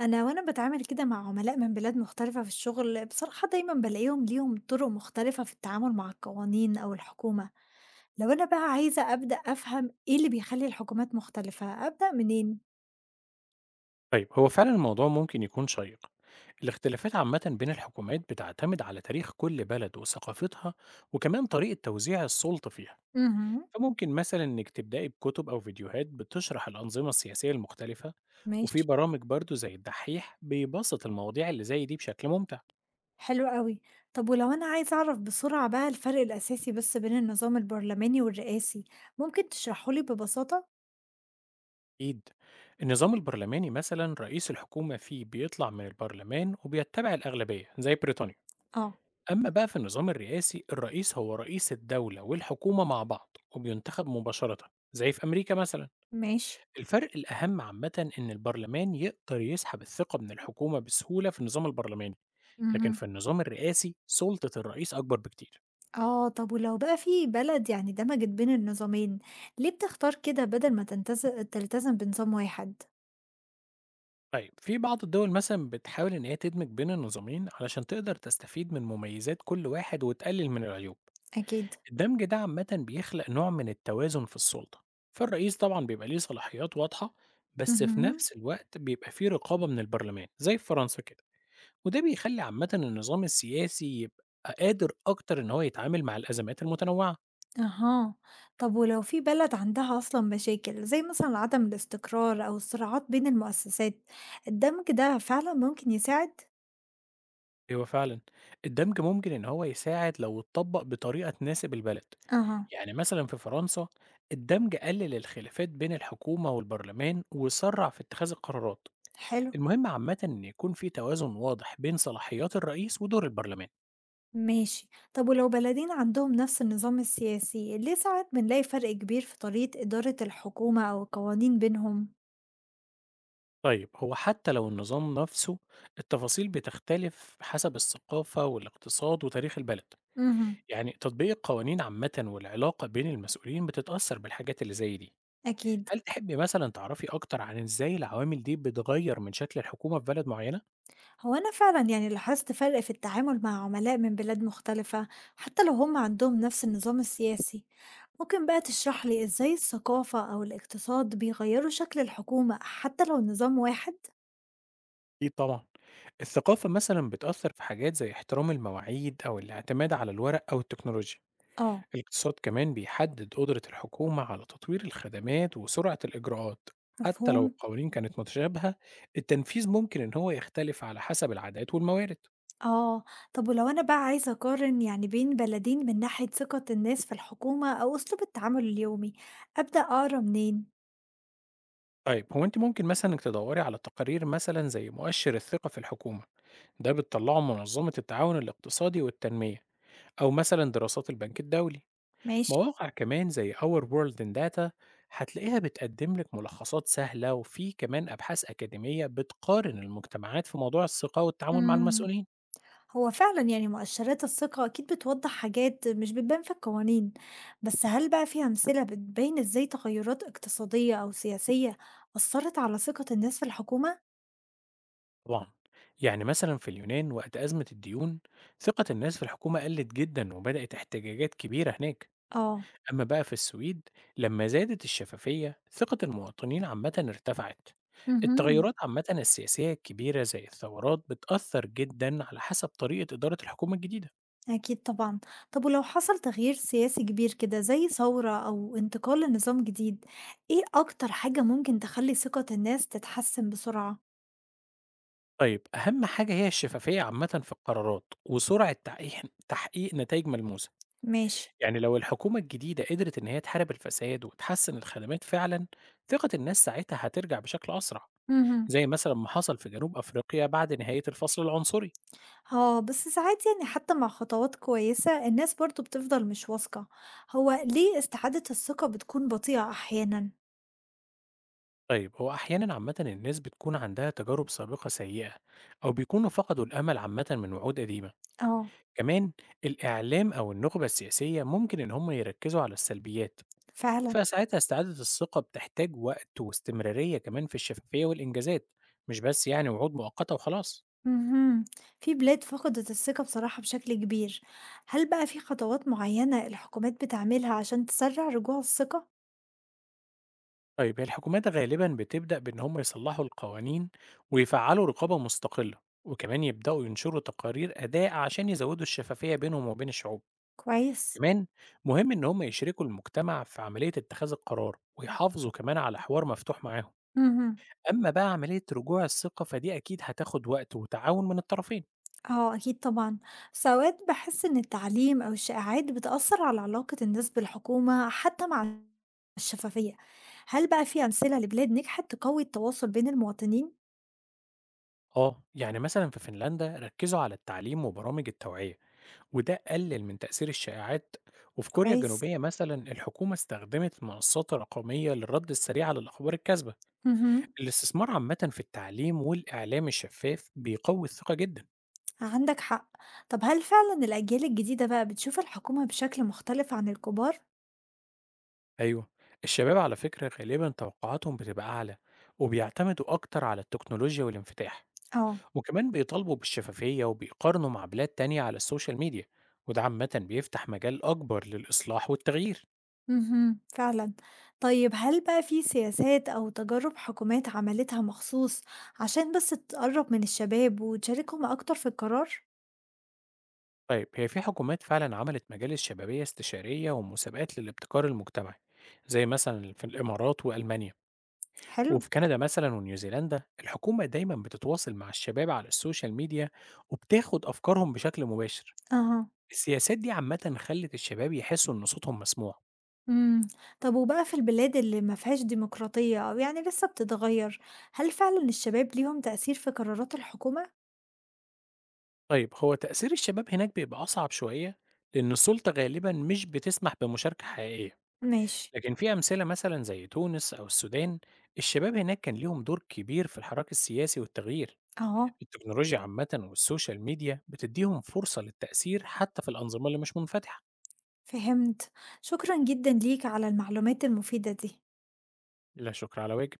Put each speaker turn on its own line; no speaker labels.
أنا باتعامل كده مع عملاء من بلاد مختلفة في الشغل، بصراحة دايما بالاقيهم ليهم طرق مختلفة في التعامل مع القوانين أو الحكومة. لو أنا بقى عايزة أبدأ أفهم إيه اللي بيخلي الحكومات مختلفة، أبدأ منين؟
طيب هو فعلا الموضوع ممكن يكون شيق. الاختلافات عامة بين الحكومات بتعتمد على تاريخ كل بلد وثقافتها، وكمان طريقة توزيع السلطة فيها.
امم
فممكن مثلا انك تبدأي بكتب او فيديوهات بتشرح الأنظمة السياسية المختلفة، وفي
ماشي.
برامج برضو زي الدحيح بيبسط المواضيع اللي زي دي بشكل ممتع.
حلو قوي. طب ولو أنا عايزة أعرف بسرعة بقى الفرق الأساسي بس بين النظام البرلماني والرئاسي، ممكن تشرحولي ببساطة؟
أكيد، النظام البرلماني مثلا رئيس الحكومة فيه بيطلع من البرلمان وبيتبع الأغلبية زي بريطانيا.
اه،
أما بقى في النظام الرئاسي، الرئيس هو رئيس الدولة والحكومة مع بعض وبينتخب مباشرة زي في أمريكا مثلا.
ماشي.
الفرق الأهم عامة إن البرلمان يقدر يسحب الثقة من الحكومة بسهولة في النظام البرلماني، لكن في النظام الرئاسي سلطة الرئيس أكبر بكتير.
آه، طب ولو بقى في بلد يعني دمجت بين النظامين، ليه بتختار كده بدل ما تلتزم بنظام واحد؟
طيب، في بعض الدول مثلا بتحاول إن هي تدمج بين النظامين علشان تقدر تستفيد من مميزات كل واحد وتقلل من العيوب.
أكيد.
الدمج ده عامة بيخلق نوع من التوازن في السلطة، فالرئيس طبعا بيبقى ليه صلاحيات واضحة، بس في
اهم.
نفس الوقت بيبقى فيه رقابة من البرلمان زي في فرنسا كده. وده بيخلي عامة النظام السياسي يبقى قادر أكتر إن هو يتعامل مع الأزمات المتنوعة.
أها، طب ولو في بلد عندها أصلا مشاكل زي مثلا عدم الاستقرار أو الصراعات بين المؤسسات، الدمج ده فعلا ممكن يساعد؟
أيوة فعلا، الدمج ممكن إن هو يساعد لو اتطبق بطريقة تناسب البلد.
أها.
يعني مثلا في فرنسا، الدمج قلل الخلافات بين الحكومة والبرلمان وسرع في اتخاذ القرارات.
حلو.
المهم عامة إن يكون في توازن واضح بين صلاحيات الرئيس ودور البرلمان.
ماشي، طب ولو بلدين عندهم نفس النظام السياسي، ليه ساعات بنلاقي فرق كبير في طريقة إدارة الحكومة أو القوانين بينهم؟
طيب هو حتى لو النظام نفسه، التفاصيل بتختلف حسب الثقافة والاقتصاد وتاريخ البلد.
اهم.
يعني تطبيق القوانين عامة والعلاقة بين المسؤولين بتتأثر بالحاجات اللي زي دي.
أكيد.
هل تحبي مثلا تعرفي أكتر عن إزاي العوامل دي بتغير من شكل الحكومة في بلد معينة؟
هو أنا فعلا يعني لاحظت فرق في التعامل مع عملاء من بلاد مختلفة حتى لو هم عندهم نفس النظام السياسي. ممكن بقى تشرح لي إزاي الثقافة أو الاقتصاد بيغيروا شكل الحكومة حتى لو النظام واحد؟
أكيد طبعا. الثقافة مثلا بتأثر في حاجات زي احترام المواعيد أو الاعتماد على الورق أو التكنولوجيا.
آه،
الاقتصاد كمان بيحدد قدرة الحكومة على تطوير الخدمات وسرعة الإجراءات، حتى لو
مفهوم؟
القوانين كانت متشابهة. التنفيذ ممكن إن هو يختلف على حسب العادات والموارد.
آه، طب ولو أنا بقى عايزة أقارن يعني بين بلدين من ناحية ثقة الناس في الحكومة أو أسلوب التعامل اليومي، أبدأ أقرأ منين؟
طيب هو أنت ممكن مثلا إنك تدوري على تقارير مثلا زي مؤشر الثقة في الحكومة، ده بتطلعه منظمة التعاون الاقتصادي والتنمية، أو مثلا دراسات البنك الدولي.
ماشي؟
مواقع كمان زي Our World in Data هتلاقيها بتقدم لك ملخصات سهلة، وفي كمان أبحاث أكاديمية بتقارن المجتمعات في موضوع الثقة والتعامل مع
مم.
المسؤولين.
هو فعلًا يعني مؤشرات الثقة أكيد بتوضّح حاجات مش بتبان في القوانين، بس هل بقى في أمثلة بتبين إزاي تغيرات اقتصادية أو سياسية أثّرت على ثقة الناس في الحكومة؟
طبعا، يعني مثلا في اليونان وقت أزمة الديون، ثقة الناس في الحكومة قلت جدا وبدأت احتجاجات كبيرة هناك.
آه.
أما بقى في السويد، لما زادت الشفافية ثقة المواطنين عامة ارتفعت.
اهم.
التغيرات عامة السياسية الكبيرة زي الثورات بتأثر جدا على حسب طريقة إدارة الحكومة الجديدة.
أكيد طبعًا. طب ولو حصل تغيير سياسي كبير كده زي ثورة أو انتقال لنظام جديد، إيه أكتر حاجة ممكن تخلّي ثقة الناس تتحسن بسرعة؟
طيب، أهم حاجة هي الشفافية عامة في القرارات وسرعة تحقيق نتائج ملموسة.
ماشي.
يعني لو الحكومة الجديدة قدرت إن هي تحارب الفساد وتحسن الخدمات فعلا، ثقة الناس ساعتها هترجع بشكل أسرع،
اهم.
زي مثلا ما حصل في جنوب أفريقيا بعد نهاية الفصل العنصري.
آه، بس ساعات يعني حتى مع خطوات كويسة الناس برضو بتفضل مش واثقة. هو ليه استعادة الثقة بتكون بطيئة أحيانا؟
طيب هو أحيانا عامة الناس بتكون عندها تجارب سابقة سيئة، أو بيكونوا فقدوا الأمل عامة من وعود قديمة.
اه،
كمان الإعلام أو النخبة السياسية ممكن إن هم يركزوا على السلبيات،
فعلا،
فساعتها استعادة الثقة بتحتاج وقت واستمرارية كمان في الشفافية والإنجازات، مش بس يعني وعود مؤقتة وخلاص.
مهم. في بلاد فقدت الثقة بصراحة بشكل كبير، هل بقى في خطوات معينة الحكومات بتعملها عشان تسرع رجوع الثقة؟
طيب، هي الحكومات غالبا بتبدأ بإن هم يصلحوا القوانين ويفعلوا رقابة مستقلة، وكمان يبدأوا ينشروا تقارير أداء عشان يزودوا الشفافية بينهم وبين الشعوب.
كويس.
كمان مهم إن هم يشركوا المجتمع في عملية اتخاذ القرار ويحافظوا كمان على حوار مفتوح معاهم.
مهم.
أما بقى عملية رجوع الثقة فدي أكيد هتاخد وقت وتعاون من الطرفين.
آه أكيد طبعًا، بس أوقات باحس إن التعليم أو الشائعات بتأثّر على علاقة الناس بالحكومة حتى مع الشفافية، هل بقى في أمثلة لبلاد نجحت تقوي التواصل بين المواطنين؟
آه، يعني مثلا في فنلندا ركزوا على التعليم وبرامج التوعية، وده قلل من تأثير الشائعات. وفي كوريا
كويس.
الجنوبية مثلا الحكومة استخدمت المنصات الرقمية للرد السريع على الأخبار الكاذبة.
اهم.
الاستثمار عامة في التعليم والإعلام الشفاف بيقوي الثقة جدا.
عندك حق. طب هل فعلًا الأجيال الجديدة بقى بتشوف الحكومة بشكل مختلف عن الكبار؟
أيوه، الشباب على فكرة غالبا توقعاتهم بتبقى أعلى، وبيعتمدوا أكتر على التكنولوجيا والانفتاح.
آه.
وكمان بيطالبوا بالشفافية وبيقارنوا مع بلاد تانية على السوشيال ميديا، وده عامة بيفتح مجال أكبر للإصلاح والتغيير.
اهم، فعلًا. طيب هل بقى في سياسات أو تجارب حكومات عملتها مخصوص عشان بس تقرّب من الشباب وتشاركهم أكتر في القرار؟
طيب، هي في حكومات فعلا عملت مجالس شبابية استشارية ومسابقات للابتكار المجتمعي، زي مثلا في الإمارات وألمانيا.
حلو.
وفي كندا مثلا ونيوزيلندا الحكومة دايما بتتواصل مع الشباب على السوشيال ميديا وبتاخد أفكارهم بشكل مباشر.
أها.
السياسات دي عامة خلت الشباب يحسوا إن صوتهم مسموع.
إمم، طب وبقى في البلاد اللي ما فيهاش ديمقراطية أو يعني لسه بتتغيّر، هل فعلًا الشباب ليهم تأثير في قرارات الحكومة؟
طيب هو تأثير الشباب هناك بيبقى أصعب شوية، لأن السلطة غالبا مش بتسمح بمشاركة حقيقية.
ماشي.
لكن في أمثلة مثلا زي تونس أو السودان، الشباب هناك كان ليهم دور كبير في الحراك السياسي والتغيير.
آه.
التكنولوجيا عامة والسوشيال ميديا بتديهم فرصة للتأثير حتى في الأنظمة اللي مش منفتحة.
فهمت، شكرًا جدًا ليك على المعلومات المفيدة دي.
لا شكر على واجب.